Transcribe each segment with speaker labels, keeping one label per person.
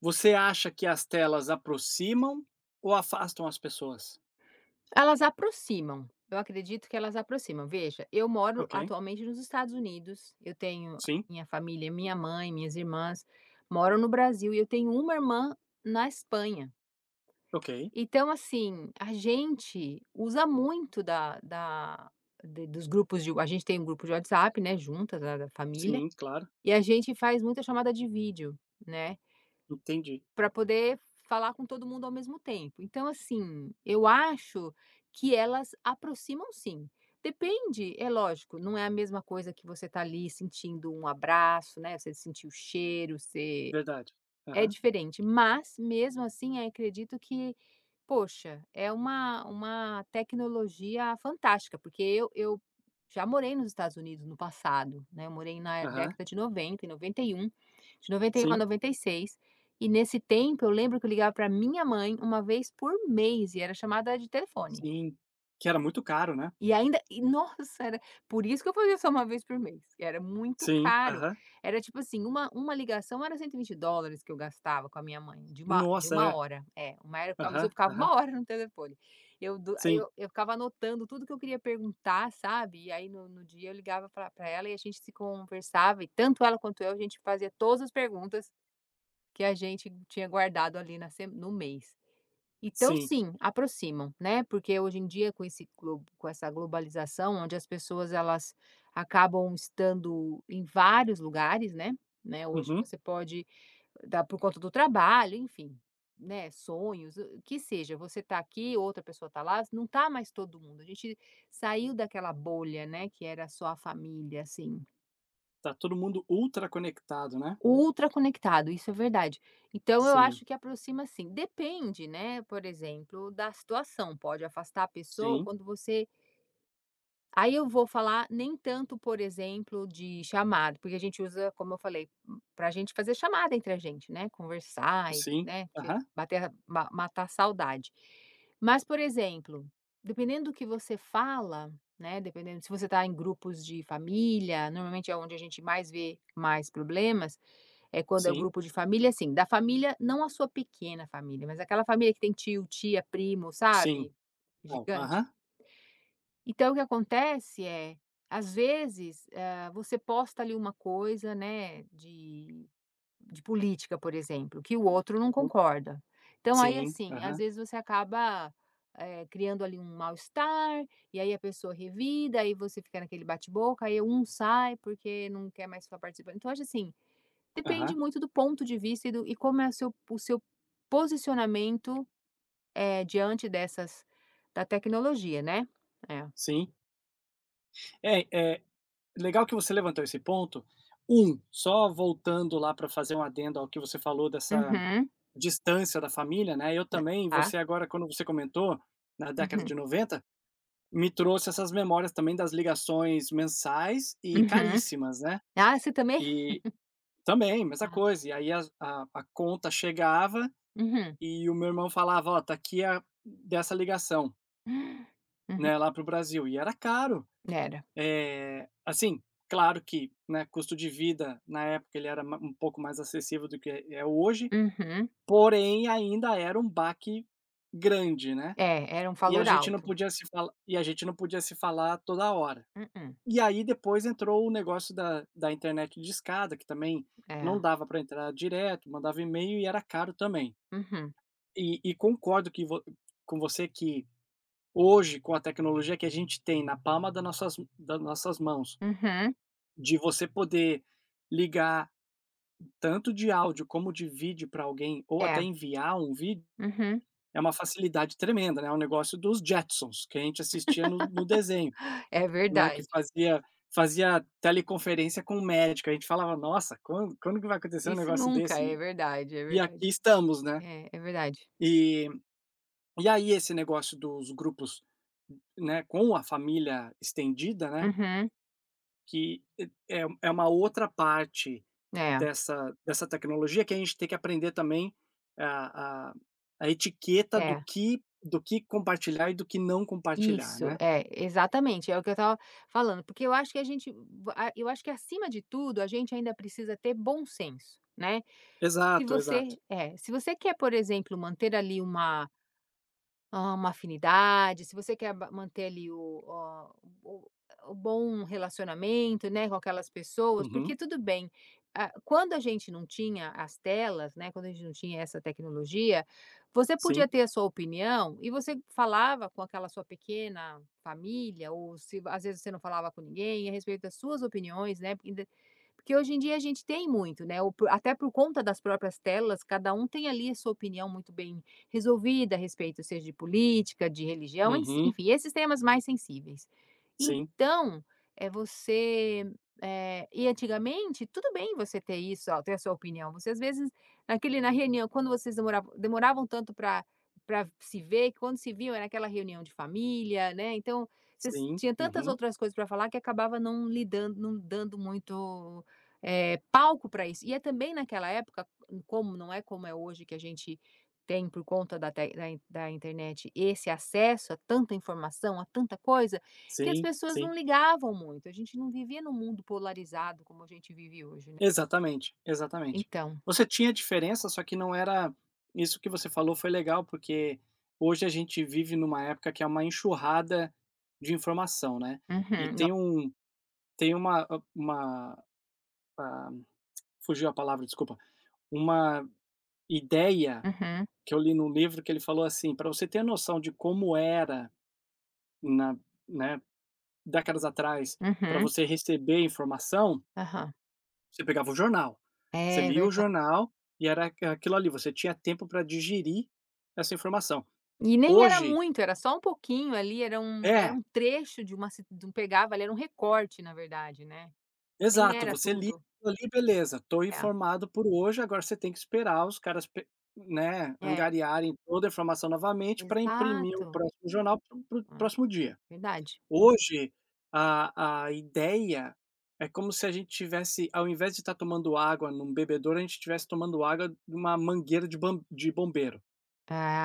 Speaker 1: Você acha que as telas aproximam ou afastam as pessoas?
Speaker 2: Elas aproximam, eu acredito que elas aproximam. Veja, eu moro
Speaker 1: Ok,
Speaker 2: atualmente nos Estados Unidos, eu tenho a
Speaker 1: sim,
Speaker 2: minha família, minha mãe, minhas irmãs moram no Brasil e eu tenho uma irmã na Espanha.
Speaker 1: ok,
Speaker 2: Então, assim, a gente usa muito da da de dos grupos de a gente tem um grupo de WhatsApp, né, juntas, da família,
Speaker 1: sim, claro,
Speaker 2: e a gente faz muita chamada de vídeo, né,
Speaker 1: entendi,
Speaker 2: para poder falar com todo mundo ao mesmo tempo. Então, assim, eu acho que elas aproximam sim. Depende, é lógico, não é a mesma coisa que você tá ali sentindo um abraço, né, você sentir o cheiro, você
Speaker 1: verdade.
Speaker 2: é
Speaker 1: Aham,
Speaker 2: diferente, mas mesmo assim, acredito que, poxa, é uma tecnologia fantástica, porque eu já morei nos Estados Unidos no passado, né, eu morei na
Speaker 1: aham,
Speaker 2: década de 90 e 91, de noventa e um a
Speaker 1: sim,
Speaker 2: noventa e seis, e nesse tempo eu lembro que eu ligava pra minha mãe uma vez por mês e era chamada de telefone.
Speaker 1: sim, que era muito caro, né?
Speaker 2: E ainda e nossa, era por isso que eu fazia só uma vez por mês, que era muito
Speaker 1: Sim,
Speaker 2: caro.
Speaker 1: aham,
Speaker 2: Era tipo assim, uma ligação era US$ 120 que eu gastava com a minha mãe, de uma de
Speaker 1: nossa,
Speaker 2: uma
Speaker 1: é,
Speaker 2: hora. É, uma era mas eu
Speaker 1: aham,
Speaker 2: ficava
Speaker 1: aham,
Speaker 2: 1 hora no telefone. Eu do aí
Speaker 1: sim,
Speaker 2: eu ficava anotando tudo que eu queria perguntar, sabe, e aí no dia eu ligava pra ela e a gente se conversava e tanto ela quanto eu, a gente fazia todas as perguntas que a gente tinha guardado ali na se no mês. Então
Speaker 1: sim,
Speaker 2: sim, aproximam, né, porque hoje em dia com essa globalização, onde as pessoas elas acabam estando em vários lugares, né, né, hoje
Speaker 1: uhum.
Speaker 2: você pode dar por conta do trabalho, enfim, né, sonhos, o que seja, você tá aqui, outra pessoa tá lá, não tá mais todo mundo, a gente saiu daquela bolha, né, que era só a família, assim.
Speaker 1: Tá todo mundo ultra conectado, né?
Speaker 2: Ultra conectado, isso é verdade. Então eu
Speaker 1: Sim,
Speaker 2: acho que aproxima sim. Depende, né, por exemplo, da situação, pode afastar a pessoa
Speaker 1: sim,
Speaker 2: quando você aí eu vou falar nem tanto, por exemplo, de chamada, porque a gente usa, como eu falei, para a gente fazer chamada entre a gente, né, conversar e,
Speaker 1: sim,
Speaker 2: né, te
Speaker 1: aham,
Speaker 2: bater a ma matar a saudade. Mas, por exemplo, dependendo do que você fala, né, dependendo se você está em grupos de família, normalmente é onde a gente mais vê mais problemas, é quando é o
Speaker 1: sim,
Speaker 2: grupo de família, assim, da família, não a sua pequena família, mas aquela família que tem tio, tia, primo,
Speaker 1: sim,
Speaker 2: sabe?
Speaker 1: não,
Speaker 2: Gigante.
Speaker 1: aham,
Speaker 2: Então o que acontece é, às vezes, você posta ali uma coisa, né, de política, por exemplo, que o outro não
Speaker 1: o-
Speaker 2: concorda. Então aí,
Speaker 1: sim,
Speaker 2: assim, às
Speaker 1: aham,
Speaker 2: vezes você acaba, criando ali um mal-estar, e aí a pessoa revida, aí você fica naquele bate-boca, aí um sai porque não quer mais ficar participando. Então acho assim, depende
Speaker 1: aham,
Speaker 2: muito do ponto de vista e do e como é o seu posicionamento, diante dessas da tecnologia, né. É.
Speaker 1: sim. É, é, legal que você levantou esse ponto. Só voltando lá para fazer um adendo ao que você falou dessa
Speaker 2: Uhum.
Speaker 1: distância da família, né? Eu
Speaker 2: Né.
Speaker 1: também,
Speaker 2: Tá.
Speaker 1: você agora, quando você comentou, na década de
Speaker 2: Uhum.
Speaker 1: 90, me trouxe essas memórias também das ligações mensais e
Speaker 2: Uhum.
Speaker 1: caríssimas, né?
Speaker 2: Ah, você também?
Speaker 1: E também, mesma
Speaker 2: Ah.
Speaker 1: coisa. E aí a conta chegava
Speaker 2: Uhum.
Speaker 1: e o meu irmão falava, ó, tá aqui dessa ligação,
Speaker 2: Uhum.
Speaker 1: né, lá pro Brasil. E era caro.
Speaker 2: Era.
Speaker 1: Assim, claro que, né, custo de vida na época ele era ma um pouco mais acessível do que é hoje,
Speaker 2: Uhum.
Speaker 1: porém ainda era um baque grande, né.
Speaker 2: É, era um
Speaker 1: E a
Speaker 2: valor
Speaker 1: gente não
Speaker 2: alto.
Speaker 1: podia se fala e a gente não podia se falar toda hora.
Speaker 2: Mm.
Speaker 1: E aí depois entrou o negócio da internet de escada, que também
Speaker 2: É.
Speaker 1: não dava para entrar direto, mandava e-mail e era caro também.
Speaker 2: Uhum.
Speaker 1: E concordo que vo com você que hoje, com a tecnologia que a gente tem na palma das nossas mãos.
Speaker 2: Uhum.
Speaker 1: De você poder ligar tanto de áudio como de vídeo para alguém ou até
Speaker 2: É.
Speaker 1: enviar um vídeo,
Speaker 2: Uhum.
Speaker 1: é uma facilidade tremenda, né, é um negócio dos Jetsons, que a gente assistia no desenho,
Speaker 2: É
Speaker 1: né, que
Speaker 2: verdade.
Speaker 1: fazia teleconferência com o médico, a gente falava: "Nossa, quando que vai acontecer um
Speaker 2: Isso
Speaker 1: negócio
Speaker 2: nunca.
Speaker 1: desse?"
Speaker 2: É
Speaker 1: E
Speaker 2: verdade, é
Speaker 1: e aqui
Speaker 2: verdade.
Speaker 1: estamos, né.
Speaker 2: É, é verdade.
Speaker 1: E e aí esse negócio dos grupos, né, com a família estendida, né,
Speaker 2: Uhum.
Speaker 1: que é uma outra parte
Speaker 2: É,
Speaker 1: dessa tecnologia que a gente tem que aprender também a a a etiqueta do
Speaker 2: é.
Speaker 1: que do que compartilhar e do que não compartilhar,
Speaker 2: Isso,
Speaker 1: né.
Speaker 2: é, exatamente, é o que eu estava falando, porque eu acho que a gente a eu acho que acima de tudo a gente ainda precisa ter bom senso, né. Se
Speaker 1: Exato,
Speaker 2: você
Speaker 1: exato.
Speaker 2: é, se você quer, por exemplo, manter ali uma uma afinidade, se você quer ba manter ali o ó, o o bom relacionamento, né, com aquelas pessoas, porque
Speaker 1: Uhum.
Speaker 2: tudo bem, ah, quando a gente não tinha as telas, né, quando a gente não tinha essa tecnologia, você podia
Speaker 1: Sim.
Speaker 2: ter a sua opinião e você falava com aquela sua pequena família ou se às vezes você não falava com ninguém a respeito das suas opiniões, né, porque ainda porque hoje em dia a gente tem muito, né, ou até por conta das próprias telas, cada um tem ali a sua opinião muito bem resolvida a respeito, seja de política, de religião, ensi
Speaker 1: Uhum.
Speaker 2: enfim, esses temas mais sensíveis.
Speaker 1: Sim,
Speaker 2: Então, é você e antigamente, tudo bem você ter isso, ó, ter a sua opinião. Você às vezes, naquele na reunião, quando vocês demoravam tanto para se ver, que quando se viam era aquela reunião de família, né, então, vocês
Speaker 1: sim.
Speaker 2: tinha tantas
Speaker 1: Uhum.
Speaker 2: outras coisas para falar que acabava não dando muito, palco para isso. E é também naquela época, como não é como é hoje que a gente tem por conta da tec da in da internet esse acesso a tanta informação, a tanta coisa, que as
Speaker 1: Sim,
Speaker 2: pessoas não
Speaker 1: sim.
Speaker 2: ligavam muito, a gente não vivia num mundo polarizado como a gente vive hoje, né.
Speaker 1: Exatamente, exatamente.
Speaker 2: Então
Speaker 1: Você tinha diferença, só que não era isso que você falou foi legal, porque hoje a gente vive numa época que é uma enxurrada de informação, né. E
Speaker 2: uhum, no
Speaker 1: tem um Tem uma, ah, fugiu a palavra, desculpa, uma ideia
Speaker 2: uhum,
Speaker 1: que eu li num livro que ele falou assim: para você ter noção de como era na né, décadas atrás, para
Speaker 2: uhum,
Speaker 1: você receber informação,
Speaker 2: aham.
Speaker 1: você pegava o jornal, você
Speaker 2: É
Speaker 1: lia o
Speaker 2: verdade
Speaker 1: jornal e era aquilo ali, você tinha tempo para digerir essa informação.
Speaker 2: e nem era
Speaker 1: Hoje
Speaker 2: muito, era só um pouquinho ali, era
Speaker 1: é.
Speaker 2: um trecho de uma ci de um pegava ali, era um recorte na verdade, né. Nem
Speaker 1: Exato,
Speaker 2: era
Speaker 1: você li
Speaker 2: tudo.
Speaker 1: aquilo ali, beleza, estou
Speaker 2: É,
Speaker 1: informado por hoje, agora você tem que esperar os caras pe né,
Speaker 2: é,
Speaker 1: angariarem toda a informação novamente para imprimir o
Speaker 2: exato.
Speaker 1: próximo jornal para o
Speaker 2: É,
Speaker 1: próximo dia.
Speaker 2: verdade.
Speaker 1: Hoje, a ideia é como se a gente tivesse ao invés de estar tomando água num bebedouro, a gente estivesse tomando água de uma mangueira de bombeiro,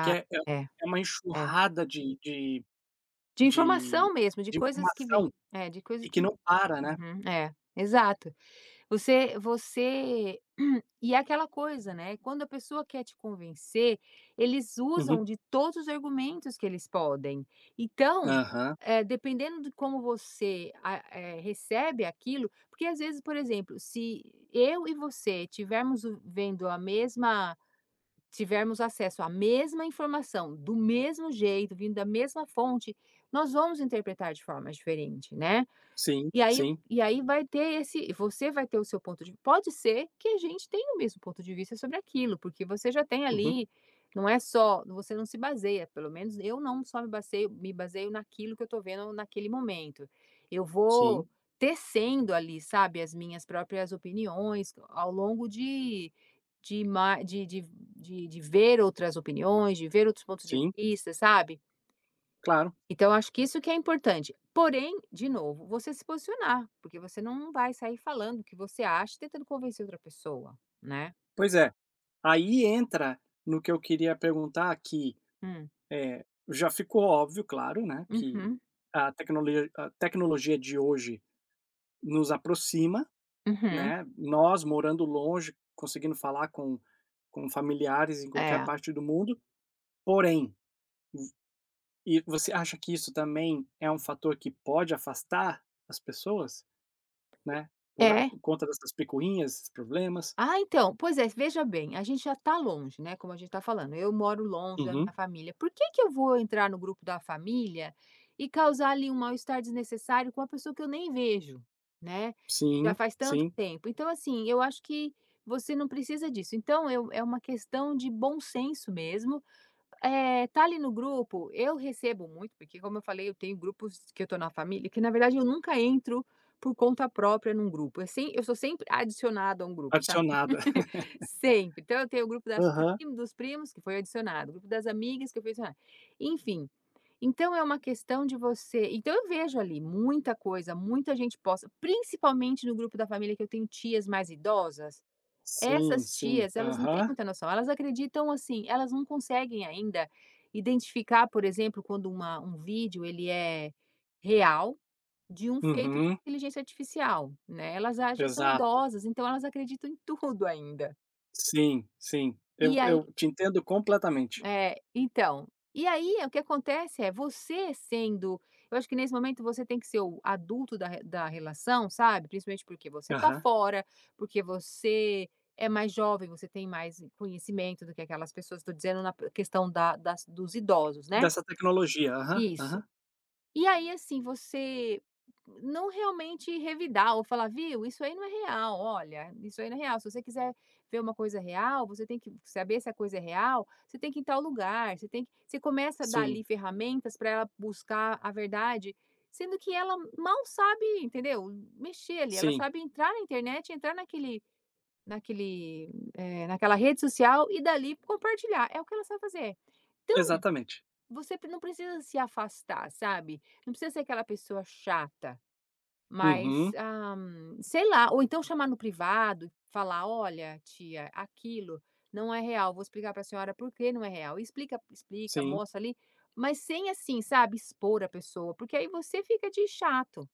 Speaker 1: que é é
Speaker 2: é,
Speaker 1: é uma
Speaker 2: é.
Speaker 1: enxurrada
Speaker 2: De
Speaker 1: de
Speaker 2: informação mesmo, de
Speaker 1: de
Speaker 2: coisas que vêm.
Speaker 1: informação
Speaker 2: É, de coisas
Speaker 1: e
Speaker 2: que
Speaker 1: que não para, né.
Speaker 2: uhum, é, exato. Você você e é aquela coisa, né, quando a pessoa quer te convencer, eles
Speaker 1: Uhum.
Speaker 2: usam de todos os argumentos que eles podem. Então,
Speaker 1: Aham.
Speaker 2: dependendo de como você recebe aquilo porque às vezes, por exemplo, se eu e você tivermos o vendo a mesma tivermos acesso à mesma informação, do mesmo jeito, vindo da mesma fonte, nós vamos interpretar de forma diferente, né?
Speaker 1: Sim, sim.
Speaker 2: E aí vai ter esse, você vai ter o seu ponto de vista. Pode ser que a gente tenha o mesmo ponto de vista sobre aquilo, porque você já tem
Speaker 1: Uhum.
Speaker 2: ali, não é só, você não se baseia, pelo menos eu não só me baseio naquilo que eu tô vendo naquele momento. Eu vou
Speaker 1: Sim,
Speaker 2: tecendo ali, sabe, as minhas próprias opiniões ao longo de ma de ver outras opiniões, de ver outros pontos de
Speaker 1: sim,
Speaker 2: vista, sabe.
Speaker 1: claro.
Speaker 2: Então acho que isso que é importante. Porém, de novo, você se posicionar, porque você não vai sair falando o que você acha e tentando convencer outra pessoa, né.
Speaker 1: Pois é. Aí entra no que eu queria perguntar aqui.
Speaker 2: Hum.
Speaker 1: Já ficou óbvio, claro, né, que
Speaker 2: Uhum,
Speaker 1: a tecnologia de hoje nos aproxima,
Speaker 2: uhum.
Speaker 1: né, nós morando longe, conseguindo falar com familiares em qualquer
Speaker 2: É.
Speaker 1: parte do mundo, porém, e você acha que isso também é um fator que pode afastar as pessoas, né,
Speaker 2: É,
Speaker 1: por conta dessas picuinhas, esses problemas?
Speaker 2: ah, então, pois é, veja bem, a gente já tá longe, né, como a gente está falando, eu moro longe da
Speaker 1: Uhum.
Speaker 2: minha família, por que que eu vou entrar no grupo da família e causar ali um mal-estar desnecessário com uma pessoa que eu nem vejo, né, já
Speaker 1: Sim,
Speaker 2: faz tanto
Speaker 1: sim.
Speaker 2: tempo. Então, assim, eu acho que você não precisa disso. Então, eu é uma questão de bom senso mesmo, é tá ali no grupo, eu recebo muito, porque como eu falei, eu tenho grupos que eu tô na família, que na verdade eu nunca entro por conta própria num grupo, eu sem eu sou sempre adicionada a um grupo, sabe.
Speaker 1: Adicionada.
Speaker 2: Sempre. Então eu tenho o grupo das
Speaker 1: Aham.
Speaker 2: prim dos primos que foi adicionado, o grupo das amigas que foi adicionado. Enfim, então é uma questão de você então eu vejo ali muita coisa, muita gente posta, principalmente no grupo da família que eu tenho tias mais idosas,
Speaker 1: Sim,
Speaker 2: essas
Speaker 1: sim.
Speaker 2: tias elas não têm
Speaker 1: Aham.
Speaker 2: muita noção, elas acreditam assim, elas não conseguem ainda identificar, por exemplo, quando uma um vídeo ele é real, de um feito por
Speaker 1: Uhum.
Speaker 2: inteligência artificial, né, elas a já são
Speaker 1: Exato.
Speaker 2: idosas, então elas acreditam em tudo ainda.
Speaker 1: Sim, sim.
Speaker 2: E
Speaker 1: Eu
Speaker 2: aí
Speaker 1: eu te entendo completamente.
Speaker 2: é, então, e aí o que acontece é você sendo eu acho que nesse momento você tem que ser o adulto da relação, sabe, principalmente porque você tá
Speaker 1: Aham.
Speaker 2: fora, porque você é mais jovem, você tem mais conhecimento do que aquelas pessoas, tô dizendo na questão da das dos idosos, né.
Speaker 1: Dessa tecnologia. Aham,
Speaker 2: Isso.
Speaker 1: aham.
Speaker 2: E aí, assim, você não realmente revidar ou falar: "Viu, isso aí não é real, olha, isso aí não é real. Se você quiser ver uma coisa real, você tem que saber se a coisa é real, você tem que ir em tal lugar, você tem que". Você começa a dar ali
Speaker 1: Sim,
Speaker 2: ferramentas para ela buscar a verdade, sendo que ela mal sabe, entendeu, mexer ali, ela
Speaker 1: sim.
Speaker 2: sabe entrar na internet, entrar naquela rede social e dali compartilhar, é o que ela sabe fazer. Então
Speaker 1: Exatamente.
Speaker 2: você pre não precisa se afastar, sabe. Não precisa ser aquela pessoa chata, mas,
Speaker 1: Uhum.
Speaker 2: ah, sei lá, ou então chamar no privado e falar: "Olha, tia, aquilo não é real, vou explicar para a senhora por que não é real". E explica,
Speaker 1: Sim.
Speaker 2: mostra ali, mas sem assim, sabe, expor a pessoa, porque aí você fica de chato.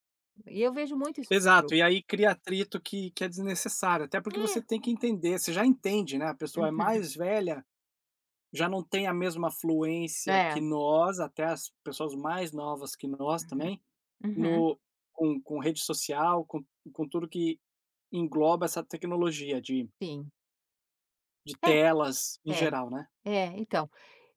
Speaker 2: E eu vejo muito isso no
Speaker 1: Exato.
Speaker 2: grupo.
Speaker 1: E aí cria atrito que é desnecessário, até porque você
Speaker 2: É.
Speaker 1: tem que entender, você já entende, né, a pessoa é
Speaker 2: Uhum.
Speaker 1: mais velha, já não tem a mesma fluência que
Speaker 2: É.
Speaker 1: nós, até as pessoas mais novas que nós também.
Speaker 2: Uhum.
Speaker 1: No com rede social, com tudo que engloba essa tecnologia de
Speaker 2: Sim.
Speaker 1: de
Speaker 2: É,
Speaker 1: telas em
Speaker 2: é,
Speaker 1: geral, né?
Speaker 2: é, então.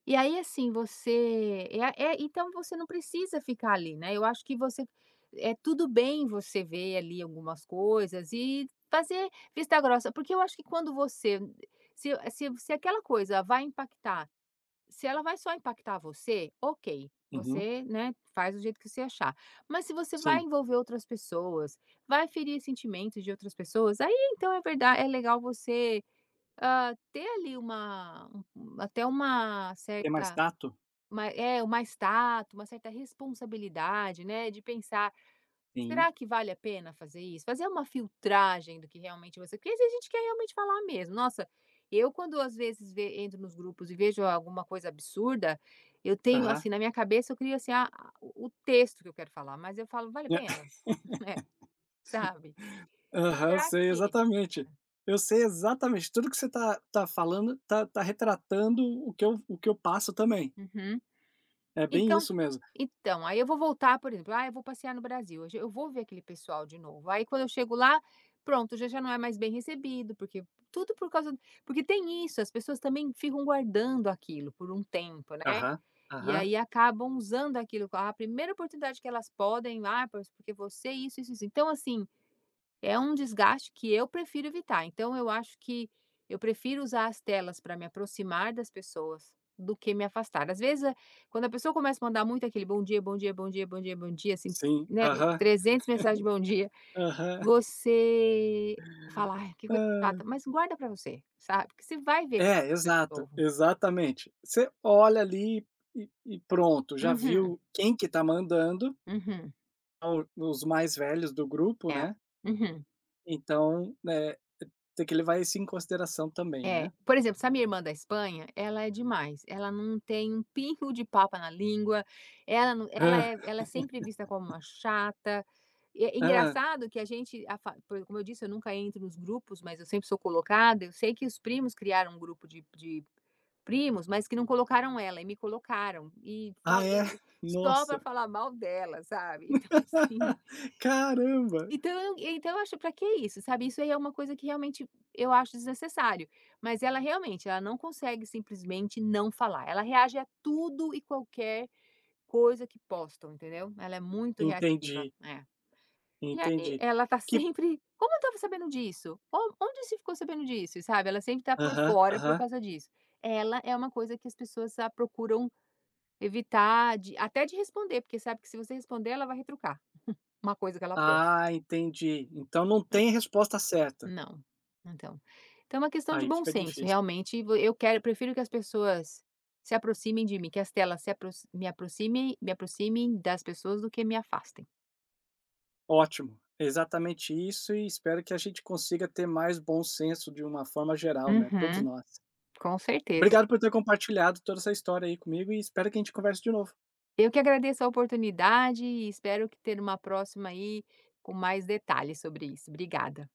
Speaker 2: E aí, assim, você então você não precisa ficar ali, né. Eu acho que você é tudo bem você ver ali algumas coisas e fazer vista grossa, porque eu acho que quando você se aquela coisa vai impactar, se ela vai só impactar você, ok,
Speaker 1: Uhum,
Speaker 2: você, né, faz do jeito que você achar. Mas se você vai
Speaker 1: sim.
Speaker 2: envolver outras pessoas, vai ferir sentimentos de outras pessoas, aí então é verdade, é legal você, ter ali uma, um, até uma
Speaker 1: Tem mais
Speaker 2: certa,
Speaker 1: tato?
Speaker 2: Ma é, uma estátua, uma certa responsabilidade, né, de pensar: "Será
Speaker 1: Sim.
Speaker 2: que vale a pena fazer isso?" Fazer uma filtragem do que realmente você quer, porque a gente quer realmente falar mesmo. Nossa, eu, quando às vezes ve entro nos grupos e vejo alguma coisa absurda, eu tenho,
Speaker 1: Aham.
Speaker 2: assim, na minha cabeça eu crio, assim, a o texto que eu quero falar, mas eu falo: "Vale a
Speaker 1: É,
Speaker 2: pena?" É, sabe.
Speaker 1: aham,
Speaker 2: "Pra
Speaker 1: sei
Speaker 2: quê?" É.
Speaker 1: exatamente. Eu sei exatamente tudo que você tá falando, tá retratando o que eu passo também.
Speaker 2: Uhum.
Speaker 1: É bem
Speaker 2: Então
Speaker 1: isso mesmo.
Speaker 2: então, aí eu vou voltar, por exemplo, ah, eu vou passear no Brasil, hoje eu vou ver aquele pessoal de novo. Aí quando eu chego lá, pronto, já já não é mais bem recebido, porque tudo por causa, porque tem isso, as pessoas também ficam guardando aquilo por um tempo, né.
Speaker 1: Aham,
Speaker 2: E
Speaker 1: aham,
Speaker 2: aí acabam usando aquilo, ah, a primeira oportunidade que elas podem, ah, pois porque você isso, isso, isso. Então, assim, é um desgaste que eu prefiro evitar, então eu acho que eu prefiro usar as telas para me aproximar das pessoas do que me afastar. Às vezes, quando a pessoa começa a mandar muito aquele bom dia, bom dia, bom dia, bom dia, bom dia, assim,
Speaker 1: sim,
Speaker 2: né,
Speaker 1: aham,
Speaker 2: 300 mensagens de bom dia,
Speaker 1: aham.
Speaker 2: você fala: "Ai, que coisa
Speaker 1: Ah.
Speaker 2: chata", mas guarda para você, sabe, porque você vai ver aquela
Speaker 1: É,
Speaker 2: pessoa de
Speaker 1: exato,
Speaker 2: novo.
Speaker 1: exatamente. Você olha ali e pronto, já
Speaker 2: Uhum,
Speaker 1: viu quem que tá mandando,
Speaker 2: uhum.
Speaker 1: são os mais velhos do grupo,
Speaker 2: É.
Speaker 1: né,
Speaker 2: Uhum.
Speaker 1: então, né, tem que levar isso em consideração também,
Speaker 2: É,
Speaker 1: né.
Speaker 2: por exemplo, sabe minha irmã da Espanha? Ela é demais, ela não tem um pingo de papa na língua, ela não, ela
Speaker 1: Ah,
Speaker 2: é ela é sempre vista como uma chata, e é
Speaker 1: ah,
Speaker 2: engraçado que a gente a fa por, como eu disse, eu nunca entro nos grupos, mas eu sempre sou colocada. Eu sei que os primos criaram um grupo de primos, mas que não colocaram ela e me colocaram, e
Speaker 1: ah,
Speaker 2: fal
Speaker 1: é?
Speaker 2: e só para
Speaker 1: Nossa.
Speaker 2: falar mal dela, sabe. Então assim,
Speaker 1: Caramba!
Speaker 2: então, eu acho, pra que isso, sabe, isso aí é uma coisa que realmente eu acho desnecessário, mas ela realmente, ela não consegue simplesmente não falar, ela reage a tudo e qualquer coisa que postam, entendeu. Ela é muito reativa,
Speaker 1: Entendi,
Speaker 2: é. E aí
Speaker 1: entendi.
Speaker 2: ela tá
Speaker 1: Que
Speaker 2: sempre: "Como eu estava sabendo disso? On Onde você ficou sabendo disso?", sabe, ela sempre tá por
Speaker 1: Aham,
Speaker 2: fora por
Speaker 1: aham.
Speaker 2: causa disso. Ela é uma coisa que as pessoas, ah, procuram evitar de até de responder, porque sabe que se você responder ela vai retrucar, uma coisa que ela posta.
Speaker 1: Ah, entendi. Então não tem resposta certa.
Speaker 2: Não, então. Então é uma questão de
Speaker 1: Aí
Speaker 2: bom
Speaker 1: fica
Speaker 2: senso,
Speaker 1: difícil.
Speaker 2: realmente, vo eu quero prefiro que as pessoas se aproximem de mim, que as telas se aproxi me aproximem das pessoas do que me afastem.
Speaker 1: Ótimo. É exatamente isso e espero que a gente consiga ter mais bom senso de uma forma geral, né, todos
Speaker 2: Uhum,
Speaker 1: nós.
Speaker 2: com certeza.
Speaker 1: Obrigado por ter compartilhado toda essa história aí comigo e espero que a gente converse de novo.
Speaker 2: Eu que agradeço a oportunidade e espero que ter uma próxima aí com mais detalhes sobre isso. Obrigada.